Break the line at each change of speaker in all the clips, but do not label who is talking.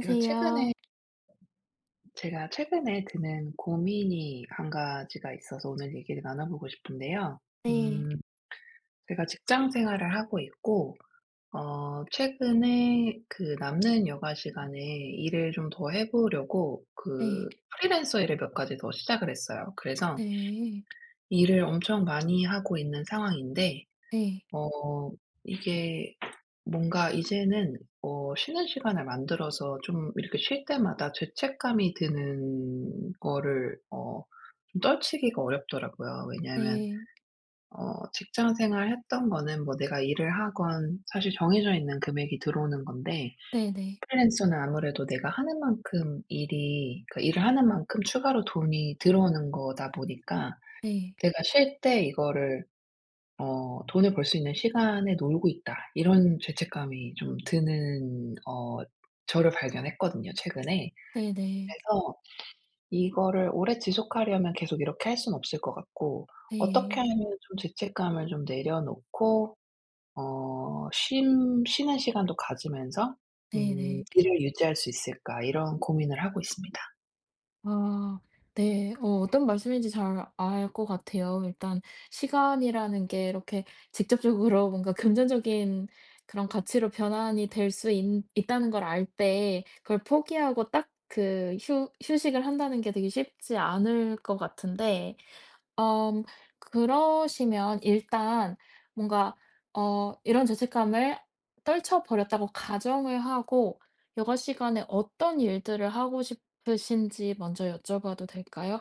제가 최근에 제가 최근에 드는 고민이 한 가지가 있어서 오늘 얘기를 나눠보고 싶은데요.
네.
음 제가 직장 생활을 하고 있고, 최근에 그 남는 여가 시간에 일을 좀 더 해 보려고
네.
그 프리랜서 일을 몇 가지 더 시작을 했어요. 그래서
네.
일을 엄청 많이 하고 있는 상황인데,
네.
어 이게 뭔가 이제는 쉬는 시간을 만들어서 좀 이렇게 쉴 때마다 죄책감이 드는 거를 좀 떨치기가 어렵더라고요. 왜냐하면
네.
직장 생활 했던 거는 뭐 내가 일을 하건 사실 정해져 있는 금액이 들어오는 건데,
네네.
프리랜서는 아무래도 내가 하는 만큼 일이 그 일을 하는 만큼 추가로 돈이 들어오는 거다 보니까
네.
내가 쉴 때 이거를 '돈을 벌 수 있는 시간에 놀고 있다.' 이런 죄책감이 좀 드는 저를 발견했거든요, 최근에.
네네.
그래서 이거를 오래 지속하려면 계속 이렇게 할 수는 없을 것 같고, 어떻게
네.
하면 좀 죄책감을 좀 내려놓고 어 쉼 쉬는 시간도 가지면서
네네.
'일을 유지할 수 있을까.' 이런 고민을 하고 있습니다.
아, 네. 어떤 말씀인지 잘 알 것 같아요. 일단 시간이라는 게 이렇게 직접적으로 뭔가 금전적인 그런 가치로 변환이 될 수 있 있다는 걸 알 때 그걸 포기하고 딱 그 휴 휴식을 한다는 게 되게 쉽지 않을 것 같은데, 엄 그러시면 일단 뭔가 이런 죄책감을 떨쳐버렸다고 가정을 하고 여가 시간에 어떤 일들을 하고 싶으신지 먼저 여쭤봐도 될까요?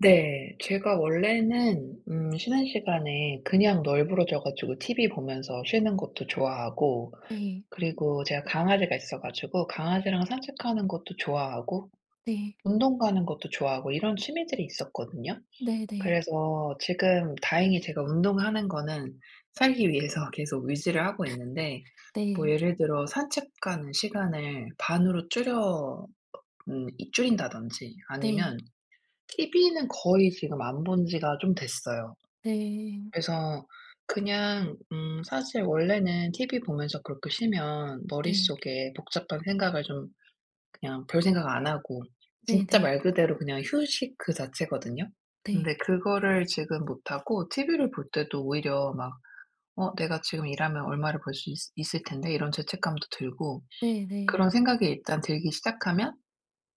네. 제가 원래는 쉬는 시간에 그냥 널브러져 가지고 TV 보면서 쉬는 것도 좋아하고,
네.
그리고 제가 강아지가 있어 가지고 강아지랑 산책하는 것도 좋아하고,
네.
운동 가는 것도 좋아하고, 이런 취미들이 있었거든요.
네네.
그래서 지금 다행히 제가 운동하는 거는 살기 위해서 계속 유지를 하고 있는데, 뭐
네.
예를 들어 산책 가는 시간을 반으로 줄여 이 줄인다든지,
네.
아니면 TV는 거의 지금 안 본 지가 좀 됐어요.
네.
그래서 그냥 사실 원래는 TV 보면서 그렇게 쉬면
네.
머릿속에 복잡한 생각을 좀 그냥 별 생각 안 하고 진짜
네네.
말 그대로 그냥 휴식 그 자체거든요.
네.
근데 그거를 지금 못 하고 TV를 볼 때도 오히려 막 '어 내가 지금 일하면 얼마를 벌 수 있 있을 텐데.' 이런 죄책감도 들고,
네네.
그런 생각이 일단 들기 시작하면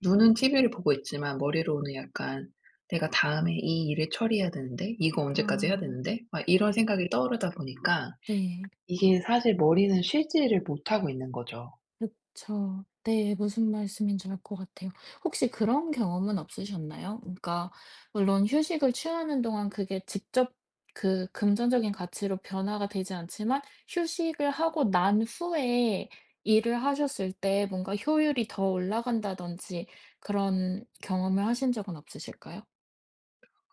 눈은 TV를 보고 있지만 머리로는 약간 '내가 다음에 이 일을 처리해야 되는데.
아. 네. 네, 네,
이거 언제까지 해야
어,
되는데.' 막 이런 생각이 떠오르다 보니까
네.
이게 사실 머리는 쉬지를 못하고 있는 거죠.
그쵸. 네. 무슨 말씀인지 알 것 같아요. 혹시 그런 경험은 없으셨나요? 그러니까 물론 휴식을 취하는 동안 그게 직접 그 금전적인 가치로 변화가 되지 않지만 휴식을 하고 난 후에 일을 하셨을 때 뭔가 효율이 더 올라간다든지 그런 경험을 하신 적은 없으실까요?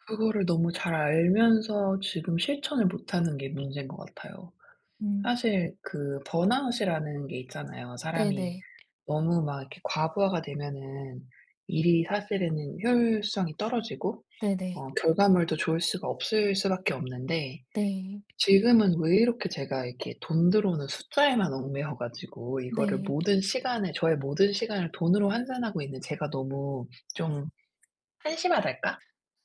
그거를 너무 잘 알면서 지금 실천을 못하는 게 문제인 것 같아요.
음.
사실 그 번아웃이라는 게 있잖아요. 사람이
네네.
너무 막 이렇게 과부하가 되면은 일이 사실은 효율성이 떨어지고
네네.
결과물도 좋을 수가 없을 수밖에 없는데,
네.
지금은 왜 이렇게 제가 이렇게 돈 들어오는 숫자에만 얽매여 가지고
네.
이거를
네.
모든 시간에 저의 모든 시간을 돈으로 환산하고 있는 제가 너무 좀 한심하달까?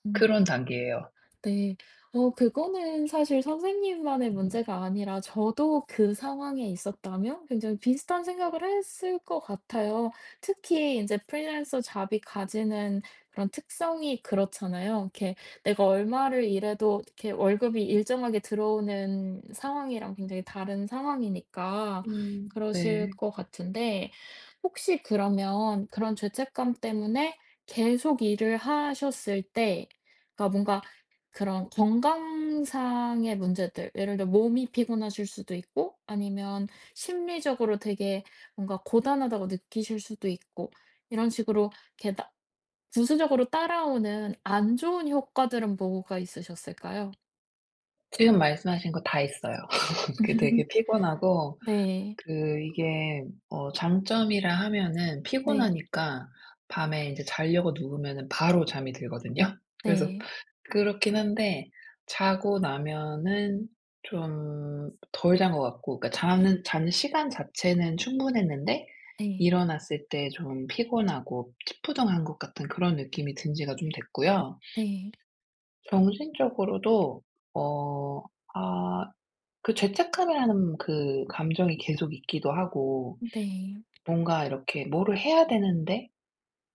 음.
그런 단계예요.
네. 그거는 사실 선생님만의 문제가 아니라 저도 그 상황에 있었다면 굉장히 비슷한 생각을 했을 것 같아요. 특히 이제 프리랜서 잡이 가지는 그런 특성이 그렇잖아요. 이렇게 내가 얼마를 일해도 이렇게 월급이 일정하게 들어오는 상황이랑 굉장히 다른 상황이니까
음.
그러실
네.
것 같은데, 혹시 그러면 그런 죄책감 때문에 계속 일을 하셨을 때, 그러니까 뭔가 그런 건강상의 문제들, 예를 들어 몸이 피곤하실 수도 있고 아니면 심리적으로 되게 뭔가 고단하다고 느끼실 수도 있고, 이런 식으로 이렇게 나 부수적으로 따라오는 안 좋은 효과들은 뭐가 있으셨을까요?
지금 말씀하신 거 다 있어요. 그게 되게 피곤하고
네.
이게 장점이라 하면은
네.
피곤하니까 밤에 인제 자려고 누우면은 바로 잠이 들거든요. 그래서
네.
그렇긴 한데, 자고 나면은 좀 덜 잔 것 같고, 그러니까 자는 시간 자체는 충분했는데
네.
일어났을 때 좀 피곤하고 찌뿌둥한 것 같은 그런 느낌이 든 지가 좀 됐고요.
네.
정신적으로도 어 아 그 죄책감이라는 그 감정이 계속 있기도 하고,
네.
뭔가 이렇게 '뭐를 해야 되는데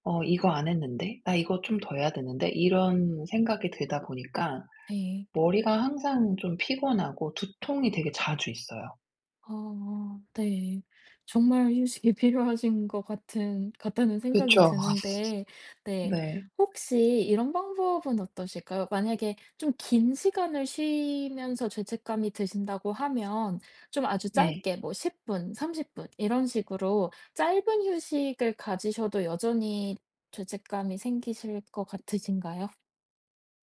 이거 안 했는데? 나 이거 좀 더 해야 되는데?' 이런 생각이 들다 보니까
네.
머리가 항상 좀 피곤하고 두통이 되게 자주 있어요.
어 네. 정말 휴식이 필요하신 것 같은 같다는 생각이
그쵸.
드는데, 네,
네.
혹시 이런 방법은 어떠실까요? 만약에 좀 긴 시간을 쉬면서 죄책감이 드신다고 하면 좀 아주
네.
짧게 뭐 10분 분, 30분 이런 식으로 짧은 휴식을 가지셔도 여전히 죄책감이 생기실 것 같으신가요?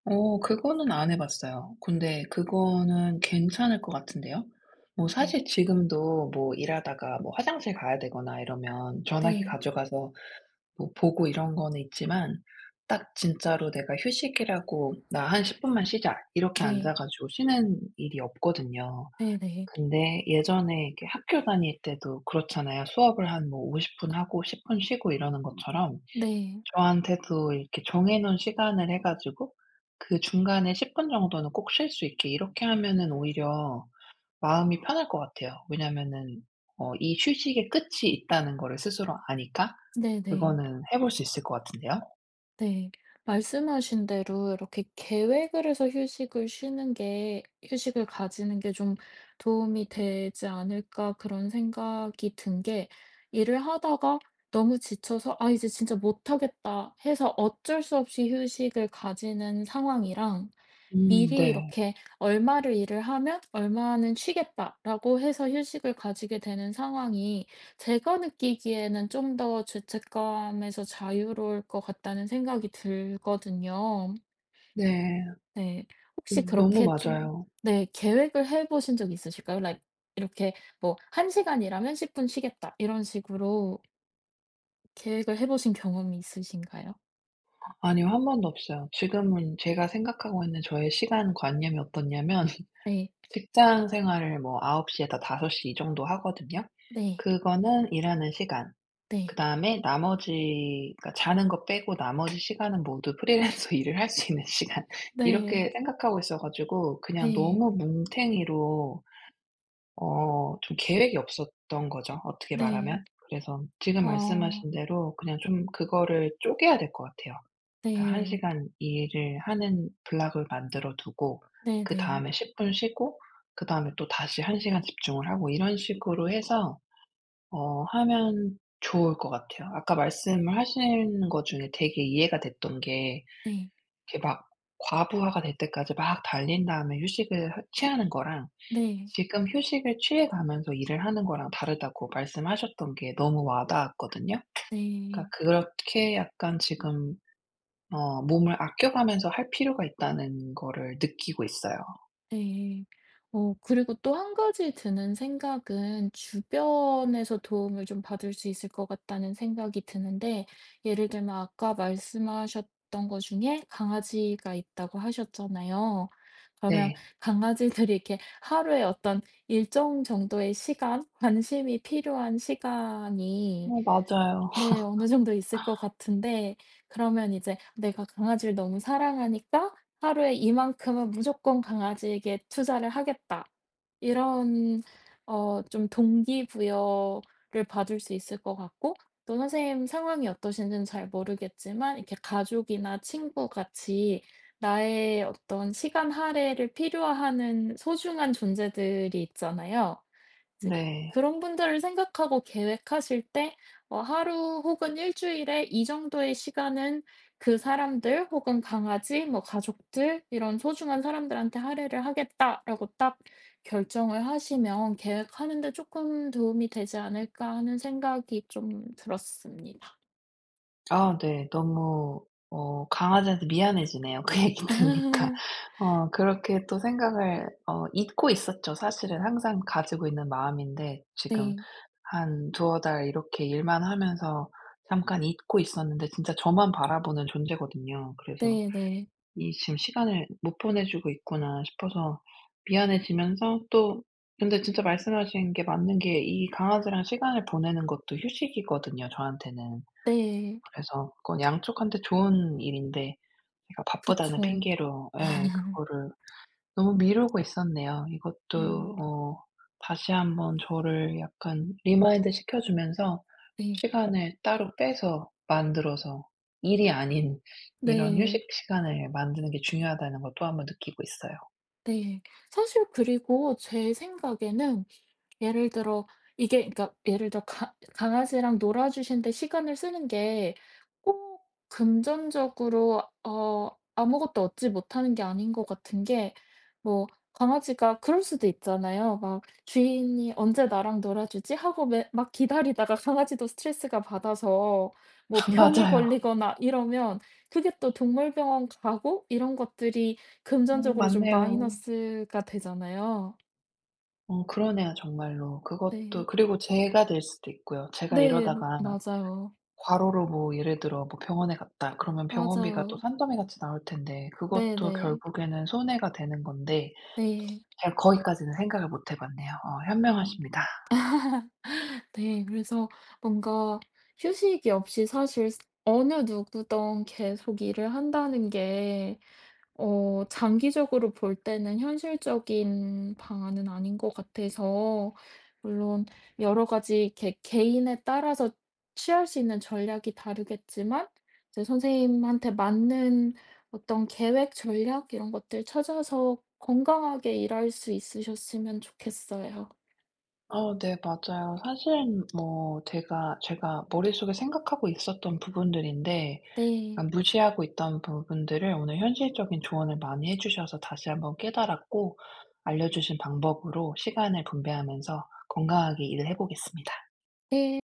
그거는 안 해 봤어요. 근데 그거는 괜찮을 것 같은데요. 뭐
네.
사실 지금도 뭐 일하다가 뭐 화장실 가야 되거나 이러면 전화기
네.
가져가서 뭐 보고 이런 거는 있지만, 딱 진짜로 '내가 휴식이라고 나 한 10 분만 쉬자.' 이렇게 앉아
네.
가지고 쉬는 일이 없거든요.
네네.
근데 예전에 이렇게 학교 다닐 때도 그렇잖아요. 수업을 한 뭐 50분 하고 10분 쉬고 이러는 것처럼
네.
저한테도 이렇게 정해 놓은 시간을 해 가지고 그 중간에 10분 정도는 꼭 쉴 수 있게 이렇게 하면은 오히려 마음이 편할 것 같아요. 왜냐면은 이 휴식의 끝이 있다는 거를 스스로 아니까
네네.
그거는 해볼 수 있을 것 같은데요.
네. 말씀하신 대로 이렇게 계획을 해서 휴식을 가지는 게 좀 도움이 되지 않을까 그런 생각이 든 게, 일을 하다가 너무 지쳐서 '아 이제 진짜 못하겠다.' 해서 어쩔 수 없이 휴식을 가지는 상황이랑
음.
미리
네.
이렇게 '얼마를 일을 하면 얼마는 쉬겠다.'라고 해서 휴식을 가지게 되는 상황이, 제가 느끼기에는 좀 더 죄책감에서 자유로울 것 같다는 생각이 들거든요.
네.
네. 혹시
너무
그렇게 좀,
맞아요.
네, 계획을 해 보신 적 있으실까요? Like 이렇게 뭐 한 시간 일하면 10분 쉬겠다 이런 식으로 계획을 해 보신 경험이 있으신가요?
아니요. 한 번도 없어요. 지금은 제가 생각하고 있는 저의 시간 관념이 어떻냐면
네.
직장 생활을 뭐9홉시에서5섯시 이 정도 하거든요.
네.
그거는 일하는 시간,
네.
그다음에 나머지, 그러니까 자는 거 빼고 나머지 시간은 모두 프리랜서 일을 할 수 있는 시간,
네.
이렇게 생각하고 있어 가지고 그냥
네.
너무 뭉탱이로 좀 계획이 없었던 거죠, 어떻게
네.
말하면. 그래서 지금
아.
말씀하신 대로 그냥 좀 그거를 쪼개야 될 것 같아요. 그러니까 1
네.
시간 일을 하는 블록을 만들어 두고,
네네.
그다음에 10분 쉬고, 그다음에 또 다시 1시간 집중을 하고, 이런 식으로 해서 하면 좋을 것 같아요. 아까 말씀을 하신 것 중에 되게 이해가 됐던 게,
네.
이렇게 막 과부하가 될 때까지 막 달린 다음에 휴식을 하 취하는 거랑
네.
지금 휴식을 취해 가면서 일을 하는 거랑 다르다고 말씀하셨던 게 너무 와 닿았거든요. 그러니까
네.
그렇게 약간 지금 몸을 아껴가면서 할 필요가 있다는 거를 느끼고 있어요.
네. 그리고 또 한 가지 드는 생각은 주변에서 도움을 좀 받을 수 있을 것 같다는 생각이 드는데, 예를 들면 아까 말씀하셨던 것 중에 강아지가 있다고 하셨잖아요. 그러면
네.
강아지들이 이렇게 하루에 어떤 일정 정도의 시간, 관심이 필요한 시간이,
어 맞아요.
네, 어느 정도 있을 것 같은데, 그러면 이제 내가 강아지를 너무 사랑하니까 '하루에 이만큼은 무조건 강아지에게 투자를 하겠다.' 이런, 좀 동기부여를 받을 수 있을 것 같고, 또 선생님 상황이 어떠신지는 잘 모르겠지만 이렇게 가족이나 친구 같이 나의 어떤 시간 할애를 필요하는 소중한 존재들이 있잖아요. 이제
네.
그런 분들을 생각하고 계획하실 때 하루 혹은 일 주일에 이 정도의 시간은 그 사람들 혹은 강아지 뭐 가족들 이런 소중한 사람들한테 할애를 하겠다라고 딱 결정을 하시면 계획하는 데 조금 도움이 되지 않을까 하는 생각이 좀 들었습니다.
아 네. 너무 강아지한테 미안해지네요, 그 얘기
아
들으니까. 그렇게 또 생각을 잊고 있었죠. 사실은 항상 가지고 있는 마음인데 지금
네.
한 두어 달 이렇게 일만 하면서 잠깐 잊고 있었는데, 진짜 저만 바라보는 존재거든요. 그래서
네네.
'이 지금 시간을 못 보내 주고 있구나.' 싶어서 미안해지면서 또, 근데 진짜 말씀하신 게 맞는 게, 이 강아지랑 시간을 보내는 것도 휴식이거든요, 저한테는.
네.
그래서 그건 양쪽한테 좋은 일인데 제가 바쁘다는
그쵸.
핑계로 예 그거를 너무 미루고 있었네요.
네.
이것도 다시 한번 저를 약간 리마인드 시켜 주면서
네.
시간을 따로 빼서 만들어서 일이 아닌 이런
네.
휴식 시간을 만드는 게 중요하다는 걸 또 한 번 느끼고 있어요.
네. 사실 그리고 제 생각에는, 예를 들어 이게 그러니까 예를 들어 가 강아지랑 놀아 주시는데 시간을 쓰는 게 꼭 금전적으로 아무것도 얻지 못하는 게 아닌 것 같은 게, 뭐 강아지가 그럴 수도 있잖아요. 막 '주인이 언제 나랑 놀아 주지?' 하고 매 막 기다리다가 강아지도 스트레스가 받아서 뭐
아
병이
맞아요.
걸리거나 이러면, 그게 또 동물병원 가고 이런 것들이
어
금전적으로 좀
맞네요.
마이너스가 되잖아요.
어 그러네요, 정말로.
네.
그것도 그리고 죄가 될 수도 있고요. 제가
네.
이러다가
맞아요.
과로로 뭐 예를 들어 뭐 병원에 갔다 그러면 병원비가 또
맞아요.
산더미 같이 나올 텐데
네네.
그것도
네.
결국에는 손해가 되는 건데
네.
제가 거기까지는 생각을 못해 봤네요.
네.
현명하십니다.
네, 그래서 뭔가 휴식이 없이 사실 스 어느 누구든 계속 일을 한다는 게 장기적으로 볼 때는 현실적인 방안은 아닌 것 같아서, 물론 여러 가지 이렇게 개인에 따라서 취할 수 있는 전략이 다르겠지만 이제 선생님한테 맞는 어떤 계획, 전략 이런 것들 찾아서 건강하게 일할 수 있으셨으면 좋겠어요.
어 네 맞아요. 사실은 뭐 제가 머릿속에 생각하고 있었던 부분들인데
네.
약간 무시하고 있던 부분들을 오늘 현실적인 조언을 많이 해 주셔서 다시 한번 깨달았고 알려 주신 방법으로 시간을 분배하면서 건강하게 일을 해 보겠습니다.
네.